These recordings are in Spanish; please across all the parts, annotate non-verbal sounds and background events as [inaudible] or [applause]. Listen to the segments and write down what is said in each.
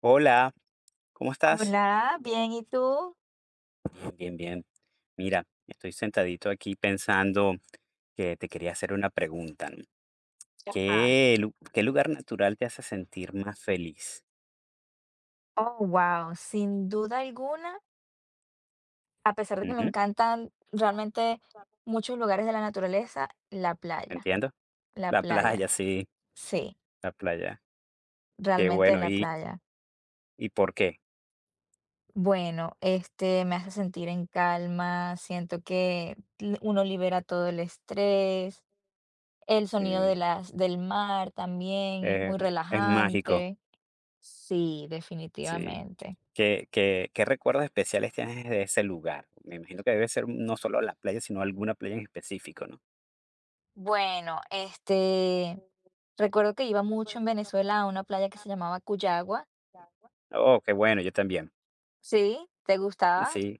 Hola, ¿cómo estás? Hola, bien, ¿y tú? Bien, bien. Mira, estoy sentadito aquí pensando que te quería hacer una pregunta, ¿no? Ajá. ¿Qué lugar natural te hace sentir más feliz? Oh, wow, sin duda alguna, a pesar de que me Ujú. encantan realmente muchos lugares de la naturaleza, la playa, ¿Entiendo? la La playa, playa, sí, sí, la playa. Qué realmente bueno. la ¿Y, playa. y por qué? Bueno, me hace sentir en calma, siento que uno libera todo el estrés, el sonido de Sí, del mar también es eh, muy es mágico. relajante, sí, Sí. definitivamente. ¿Qué recuerdos especiales tienes de ese lugar? Me imagino que debe ser no solo la playa, sino alguna playa en específico, ¿no? Bueno, recuerdo que iba mucho en Venezuela a una playa que se llamaba Cuyagua. Oh, qué bueno, yo también. ¿Sí? ¿Te gustaba? Sí,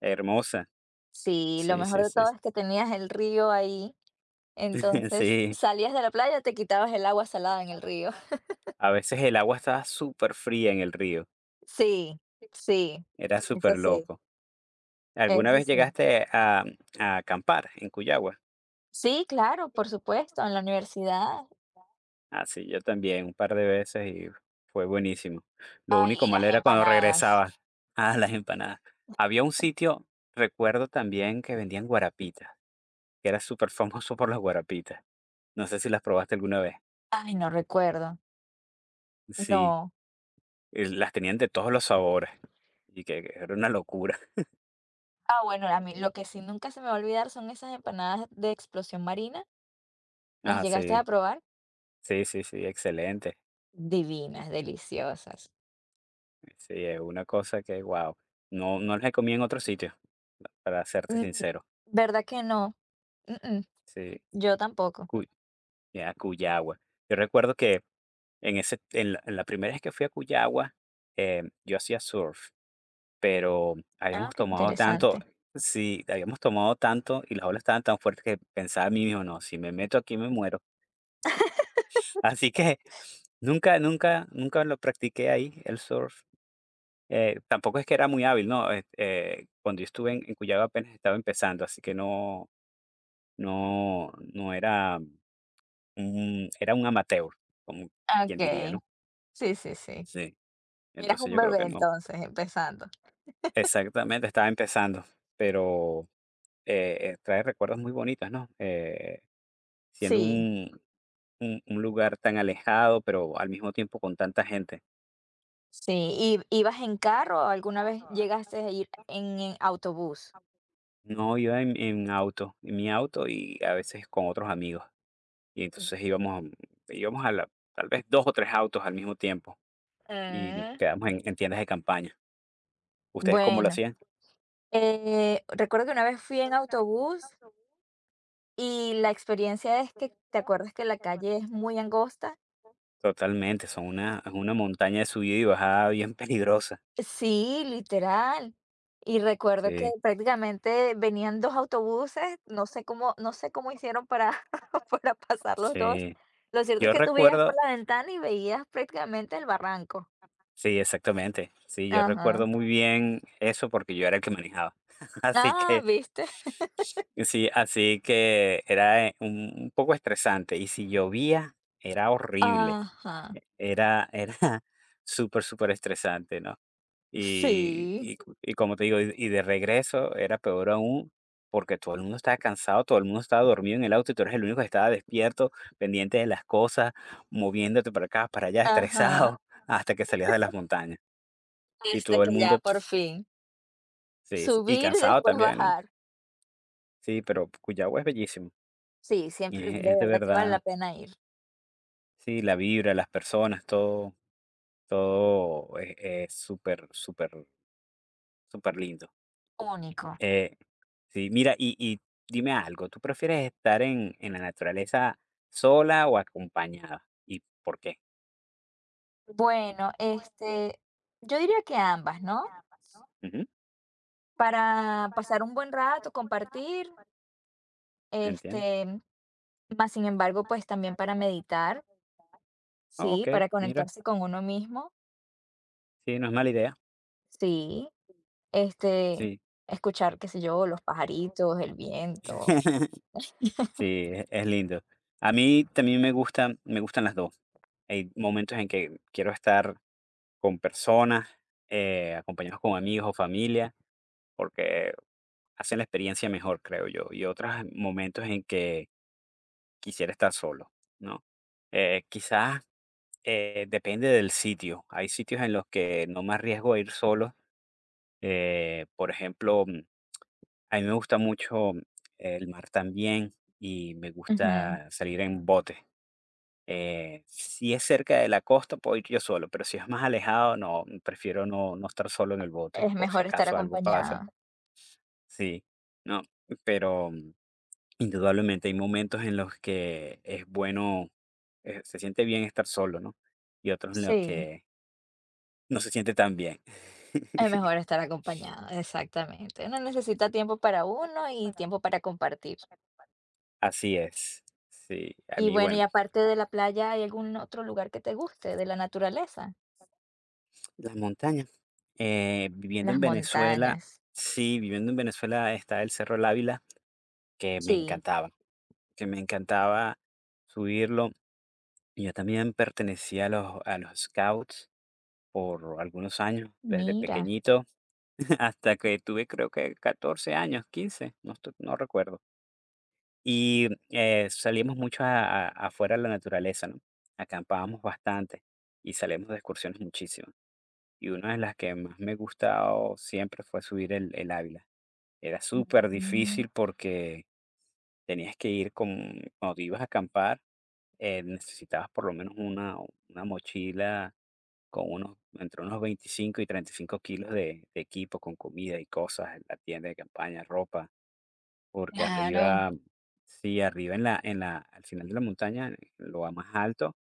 hermosa. Sí, lo Sí, mejor sí, de sí, todo es que tenías el río ahí, [laughs] entonces sí. salías de la playa, te quitabas el agua salada en el río. [laughs] A veces el agua estaba superfría en el río, Sí, sí, era eso sí, superloco. ¿Alguna eso vez sí. llegaste a acampar en Cuyagua? Sí, claro, por supuesto, en la universidad. Ah, sí, yo también, un par de veces y fue buenísimo. Lo único Ay, y malo las era cuando empanadas. regresaba a las empanadas. Había un sitio, recuerdo también, que vendían guarapitas, que era súper famoso por las guarapitas. No sé si las probaste alguna vez. Ay, no recuerdo. Sí, No. y las tenían de todos los sabores y que era una locura. Ah, bueno, a mí lo que sí nunca se me va a olvidar son esas empanadas de explosión marina. ¿Las Ah, llegaste a sí. probar? Sí, sí, sí, excelente. Divinas, deliciosas. Sí, es una cosa que, wow, no, no las comí en otro sitio, para serte Mm, sincero. ¿verdad que no? Mm, mm, Sí, yo tampoco. Cu- ya, Cuyagua. Yo recuerdo que en la primera vez que fui a Cuyagua, yo hacía surf, pero Ah, habíamos qué tomado tanto, interesante. sí, habíamos tomado tanto y las olas estaban tan fuertes que pensaba a mí mismo, no, si me meto aquí me muero. [laughs] Así que nunca, nunca, nunca lo practiqué ahí, el surf. Tampoco es que era muy hábil, ¿no? Cuando yo estuve en Cuyaba apenas estaba empezando, así que no era un amateur, como quien diría, ¿no? Okey. Sí, sí, sí. Sí. Eras Entonces, un yo creo bebé que no. entonces, empezando. Exactamente, estaba empezando, pero, trae recuerdos muy bonitos, ¿no? Siendo Sí, un lugar tan alejado, pero al mismo tiempo con tanta gente. sí. ¿Y ibas en carro o alguna vez llegaste a ir en autobús? No, iba en auto, en mi auto y a veces con otros amigos. Y entonces íbamos a la, tal vez 2 o 3 autos al mismo tiempo, y nos Mm, quedamos en tiendas de campaña. ¿Ustedes cómo lo bueno, hacían? Recuerdo que una vez fui en autobús y la experiencia es que, ¿te acuerdas que la calle es muy angosta? Totalmente, son una es una montaña de subida y bajada bien [laughs] peligrosa. Sí, literal. Y recuerdo que Sí, prácticamente venían 2 autobuses, no sé cómo hicieron para [laughs] para pasar los 2. sí. Lo cierto es Yo que tú veías por recuerdo, la ventana y veías prácticamente el barranco. sí, exactamente. Sí, yo Ajá. recuerdo muy bien eso porque yo era el que manejaba. [laughs] Así Ah, que ¿viste? [laughs] sí, así que era, un poco estresante. Y si llovía, era horrible. Ajá. Era [laughs] súper, súper estresante, ¿no? Y Sí, y c y como te digo, y de regreso era peor aún, porque todo el mundo estaba cansado, todo el mundo estaba dormido en el auto, y tú eres el único que estaba despierto, pendiente de las cosas, moviéndote para acá, para allá, [laughs] ajá. estresado, hasta que salías de las montañas. Y Hasta todo el que ya mundo, por [tsk] fin sí, sí, y subir y cansado después también, ¿no? bajar. Sí, pero Cuyagua es bellísimo, Sí, siempre es de es de verdad que vale verdad, la pena ir. sí, la vibra, las personas, todo es súper, súper, superlindo. Único. Eh Sí, mira, y dime algo, ¿tú prefieres estar en la naturaleza sola o acompañada? ¿Y por qué? Bueno, yo diría que ambas, ¿no? Ujú, Para pasar un buen rato, compartir, entiendo. este, más sin embargo, pues también para meditar, Ah, sí, okey, para mira, conectarse con uno mismo, sí, no es mala idea. sí, este, Sí. escuchar, qué sé yo, los pajaritos, el viento. [laughs] [laughs] Sí, es lindo. A mí también me gustan las 2. Hay momentos en que quiero estar con personas, acompañados con amigos o familia, porque hacen la experiencia mejor, creo yo, y otros momentos en que quisiera estar solo, ¿no? Quizás Depende del sitio. Hay sitios en los que no me arriesgo a ir solo. Por ejemplo, a mí me gusta mucho el mar también y me Ujú. gusta salir en bote. Si es cerca de la costa, puedo ir yo solo, pero si es más alejado, no, prefiero no, no estar solo en el bote, Es por si mejor estar acaso algo pasa. acompañada. Sí, no, pero indudablemente hay momentos en los que es bueno, se siente bien estar solo, ¿no? Y otros en los Sí, que no se siente tan bien. es [laughs] mejor estar acompañada, exactamente. Uno necesita tiempo para uno y tiempo para compartir. Así es. Sí, a Y mí, bueno, y bueno, aparte de la playa, ¿hay algún otro lugar que te guste, de la naturaleza? las montañas. Viviendo en Las Venezuela, montañas. sí, viviendo en Venezuela está el Cerro El Ávila, que me Sí. encantaba, que me encantaba subirlo. Y yo también pertenecía a los scouts por algunos años, desde Mira. pequeñito [laughs] hasta que tuve, creo que, 14 años, 15 no, no recuerdo. Y, salíamos mucho a afuera a la naturaleza, ¿no? Acampábamos bastante y salíamos de excursiones muchísimo. Y una de las que más me gustado siempre fue subir el Ávila. Era súper Mm, difícil porque tenías que ir con, cuando te ibas a acampar, necesitabas por lo menos una mochila con unos, entre unos 25 y 35 kilos de equipo, con comida y cosas, la tienda de campaña, ropa. Porque claro. arriba, sí, arriba en la al final de la montaña, en lo más alto,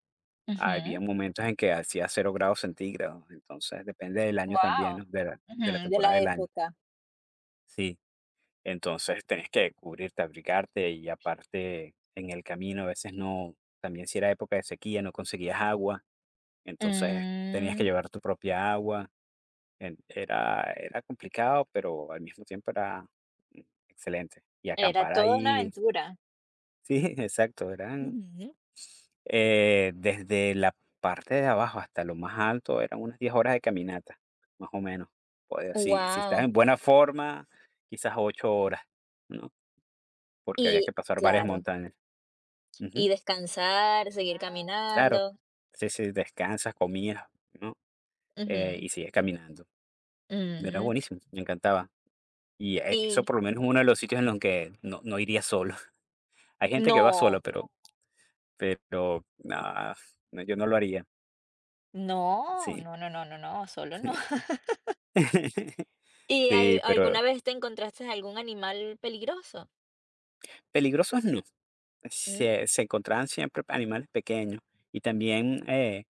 Wow, había momentos en que hacía 0 grados centígrados. Entonces, depende del año también, ¿no? De la de temporada la del año. época. Sí. Entonces, tenías que cubrirte, abrigarte y aparte en el camino a veces no también si era época de sequía, no conseguías agua, entonces tenías que Mm. llevar tu propia agua. En era era complicado, pero al mismo tiempo era, mm, excelente. Y Era acampar toda una ahí. aventura. Sí, [laughs] exacto, eran, Ujú. Desde la parte de abajo hasta lo más alto, eran unas 10 horas de caminata, más o menos. Pues, si Guau. estás en buena forma, quizás 8 horas, ¿no? Porque había Y que pasar varias claro, montañas. y Ujú. descansar, seguir Claro. caminando. Sí, sí, descansas, comías, ¿no? Ujú. Y sigues caminando. Era Mm. buenísimo, me encantaba. Y, eso Y por lo menos es uno de los sitios en los que no iría solo. [laughs] Hay gente que va solo, no, no, no, yo no lo haría. no, Sí. no, no, no, no, no, solo no. [laughs] [laughs] [laughs] ¿Y Sí, al pero alguna vez te encontraste algún animal peligroso? peligrosos no. Mm, Se encontraban siempre animales pequeños y también,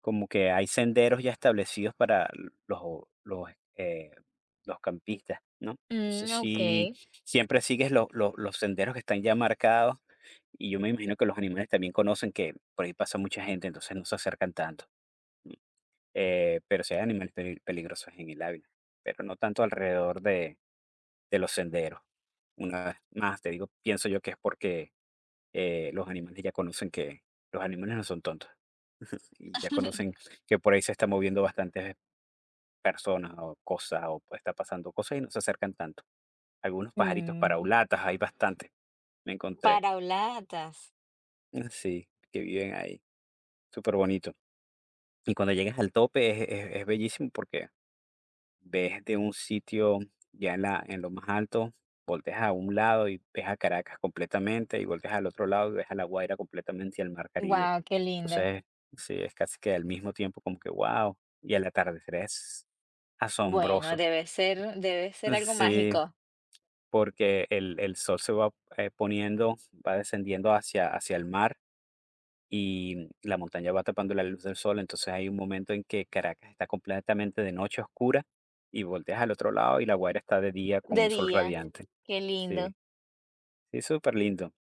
como que hay senderos ya establecidos para los, eh, los campistas, ¿no? Entonces mm, sí, okey. siempre sigues los senderos que están ya marcados y yo me imagino que los animales también conocen que por ahí pasa mucha gente, entonces no se acercan tanto. ¿No? Pero sí hay animales peligrosos en el Ávila, pero no tanto alrededor de los senderos. Una vez más, te digo, pienso yo que es porque, los animales ya conocen que los animales no son tontos, y ya conocen que por ahí se están moviendo bastantes personas o cosas, o puede estar pasando cosas y no se acercan tanto. Algunos pajaritos Mm, paraulatas, hay bastantes, me encontré. parabolatas. Sí, que viven ahí, súper bonito. Y cuando llegas al tope es bellísimo porque ves de un sitio ya en lo más alto, volteas a un lado y ves a Caracas completamente, y volteas al otro lado y ves a La Guaira completamente y al Mar Caribe. Guau, qué lindo. Entonces, sí, es casi que al mismo tiempo como que wow, y el atardecer es Bueno, asombroso. debe [laughs] ser debe ser algo Sí, mágico. porque el sol se va, poniendo, va descendiendo hacia el mar y la montaña va tapando la luz del sol, entonces hay un momento en que Caracas está completamente de noche oscura y volteas al otro lado y La Guaira está de día con De un sol día. radiante. Qué lindo. Sí, sí, súper lindo.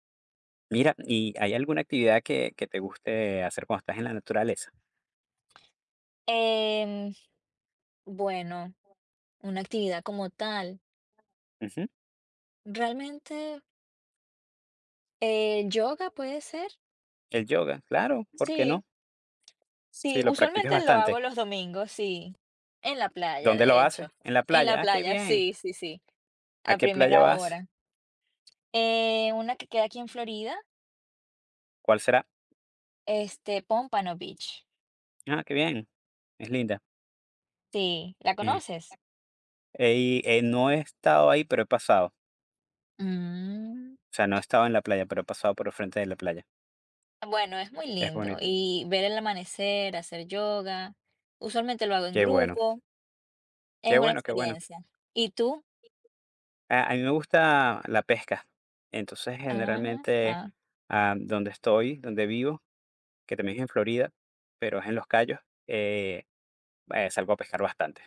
Mira, ¿y hay alguna actividad que te guste hacer cuando estás en la naturaleza? Em, bueno, una actividad como tal. Ujú. Realmente, yoga puede ser. El yoga, claro, ¿por qué Sí, no? Sí, sí, lo practicas usualmente lo bastante. hago los domingos, sí. En la playa, ¿Dónde lo de hecho. haces? En la En la playa. Ah, qué playa, bien. sí, sí, sí, ¿A a qué playa primera vas? hora. Una que queda aquí en Florida, ¿Cuál será? Pompano Beach. Ah, qué bien. Es linda. Sí, ¿la Eh, conoces? Y, no he estado ahí, pero he pasado. Mm. O sea, no estaba en la playa, pero he pasado por el frente de la playa. Bueno, es muy Es lindo bonita. y ver el amanecer, hacer yoga, usualmente lo hago en Qué bueno, grupo, es qué una bueno, qué bueno. experiencia. ¿Y tú? A mí me gusta la pesca. Entonces, Ah, generalmente, ah, donde estoy, donde vivo, que también es en Florida, pero es en Los Cayos, eh, salgo a pescar bastante.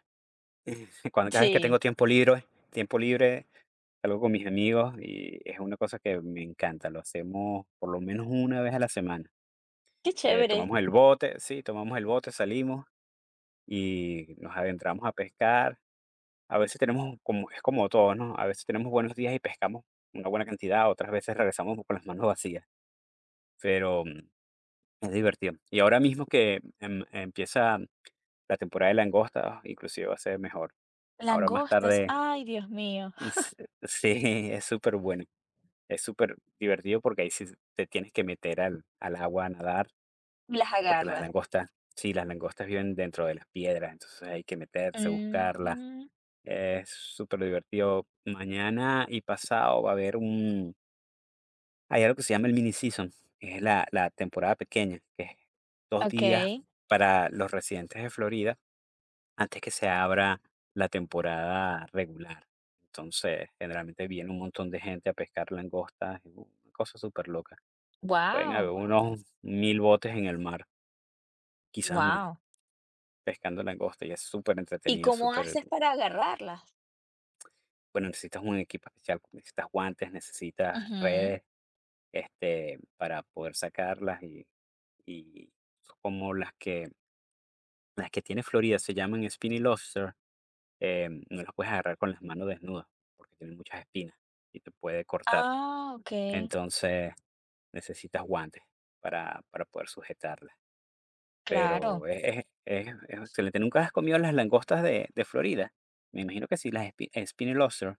[laughs] Cada vez que sí, tengo tiempo libre, tiempo libre, salgo con mis amigos y es una cosa que me encanta. Lo hacemos por lo menos una vez a la semana. qué chévere. Tomamos el bote, sí, tomamos el bote, salimos y nos adentramos a pescar. A veces tenemos, como es como todo, ¿no? A veces tenemos buenos días y pescamos una buena cantidad, otras veces regresamos con las manos vacías, pero, es divertido. Y ahora mismo que empieza la temporada de langosta, inclusive va a ser mejor. Ahora más Langostas, tarde, ay, Dios mío. [laughs] s sí, es súper bueno, es súper divertido porque ahí sí te tienes que meter al agua a nadar, Las porque las agarras. langostas, sí, las langostas viven dentro de las piedras, entonces hay que meterse, buscarlas. Mm, Es súper divertido. Mañana y pasado va a haber un... Hay algo que se llama el mini season, que es la temporada pequeña, que es 2 días ok. para los residentes de Florida antes que se abra la temporada regular. Entonces, generalmente viene un montón de gente a pescar langostas, es una cosa súper loca. Pueden haber Wow, unos mil botes en el mar, quizás más, wow. pescando langosta y es súper ¿Y entretenido, cómo súper... haces para agarrarlas? Bueno, necesitas un equipo especial, necesitas guantes, necesitas Ujú. redes, este, para poder sacarlas y como las que tiene Florida se llaman spiny lobster, no las puedes agarrar con las manos desnudas porque tienen muchas espinas y te puede cortar. Ah, ok, Entonces necesitas guantes para poder sujetarlas. claro. Pero es excelente. ¿Nunca has comido las langostas de Florida? Me imagino que sí, las spiny lobster,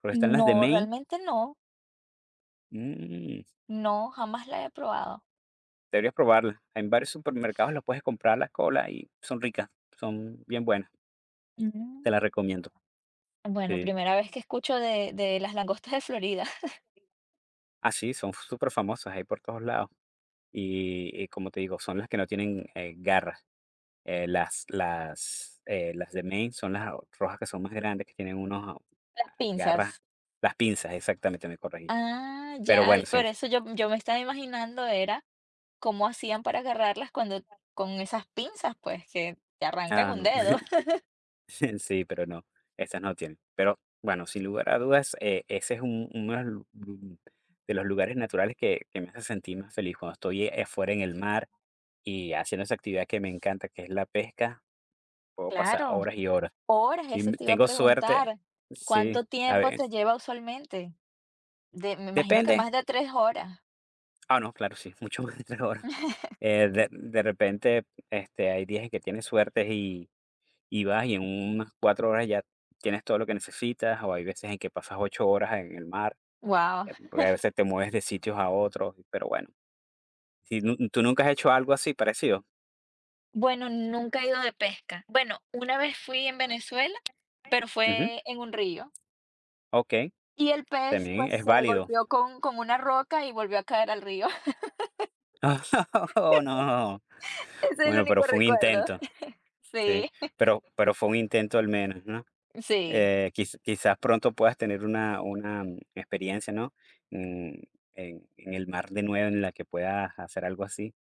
porque están las de No, Maine. realmente no, Mm. no, jamás la he probado. Deberías probarla. En varios supermercados las puedes comprar las colas y son ricas, son bien buenas. Te Mm. las recomiendo. Bueno, Sí. primera vez que escucho de las langostas de Florida, Ah, sí, son súper famosas hay por todos lados. Y como te digo, son las que no tienen, garras. Las de Maine son las rojas que son más grandes, que tienen unos, [laughs] las garras, pinzas. las pinzas, exactamente, me corregí. Ah, Pero ya, bueno, sí. por eso yo me estaba imaginando era cómo hacían para agarrarlas cuando con esas pinzas, pues, que te arrancan Ah, un no. dedo. [laughs] [laughs] Sí, pero no, estas no tienen. Pero bueno, sin lugar a dudas, ese es uno de de los lugares naturales que me hace sentir más feliz. Cuando estoy, afuera en el mar y haciendo esa actividad que me encanta, que es la pesca, puedo pasar Claro, horas y horas. horas, Si eso te iba a tengo suerte, preguntar. sí, ¿Cuánto a tiempo ver, te lleva usualmente? De me imagino que depende. más de 3 horas. Ah, no, claro, sí, [laughs] mucho más de 3 horas. De repente, este, hay días en que tienes suerte y vas y en unas 4 horas ya tienes todo lo que necesitas, o hay veces en que pasas 8 horas en el mar. Wow. Porque a veces te mueves de sitios a otros, pero bueno, si nu tú nunca has hecho algo así parecido. Bueno, nunca he ido de pesca. Bueno, una vez fui en Venezuela, pero Ujú, fue en un río. okey, Y el pez, también pues, es se válido. golpeó con una roca y volvió a caer al río. [laughs] [laughs] Oh, no. Ese es el Bueno, pero único fue un recuerdo. intento, [laughs] sí, Sí. pero fue un intento al menos, ¿no? Sí, Quizás pronto puedas tener una experiencia, ¿no? Mm, en el mar de nuevo en la que puedas hacer algo así.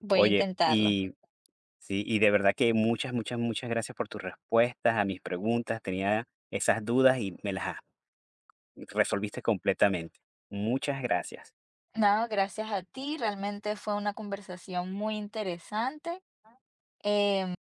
voy a Oye, intentarlo. y sí, y de verdad que muchas, muchas, muchas gracias por tus respuestas a mis preguntas. Tenía esas dudas y me las has resolviste completamente. Muchas gracias. No, gracias a ti, realmente fue una conversación muy interesante, eh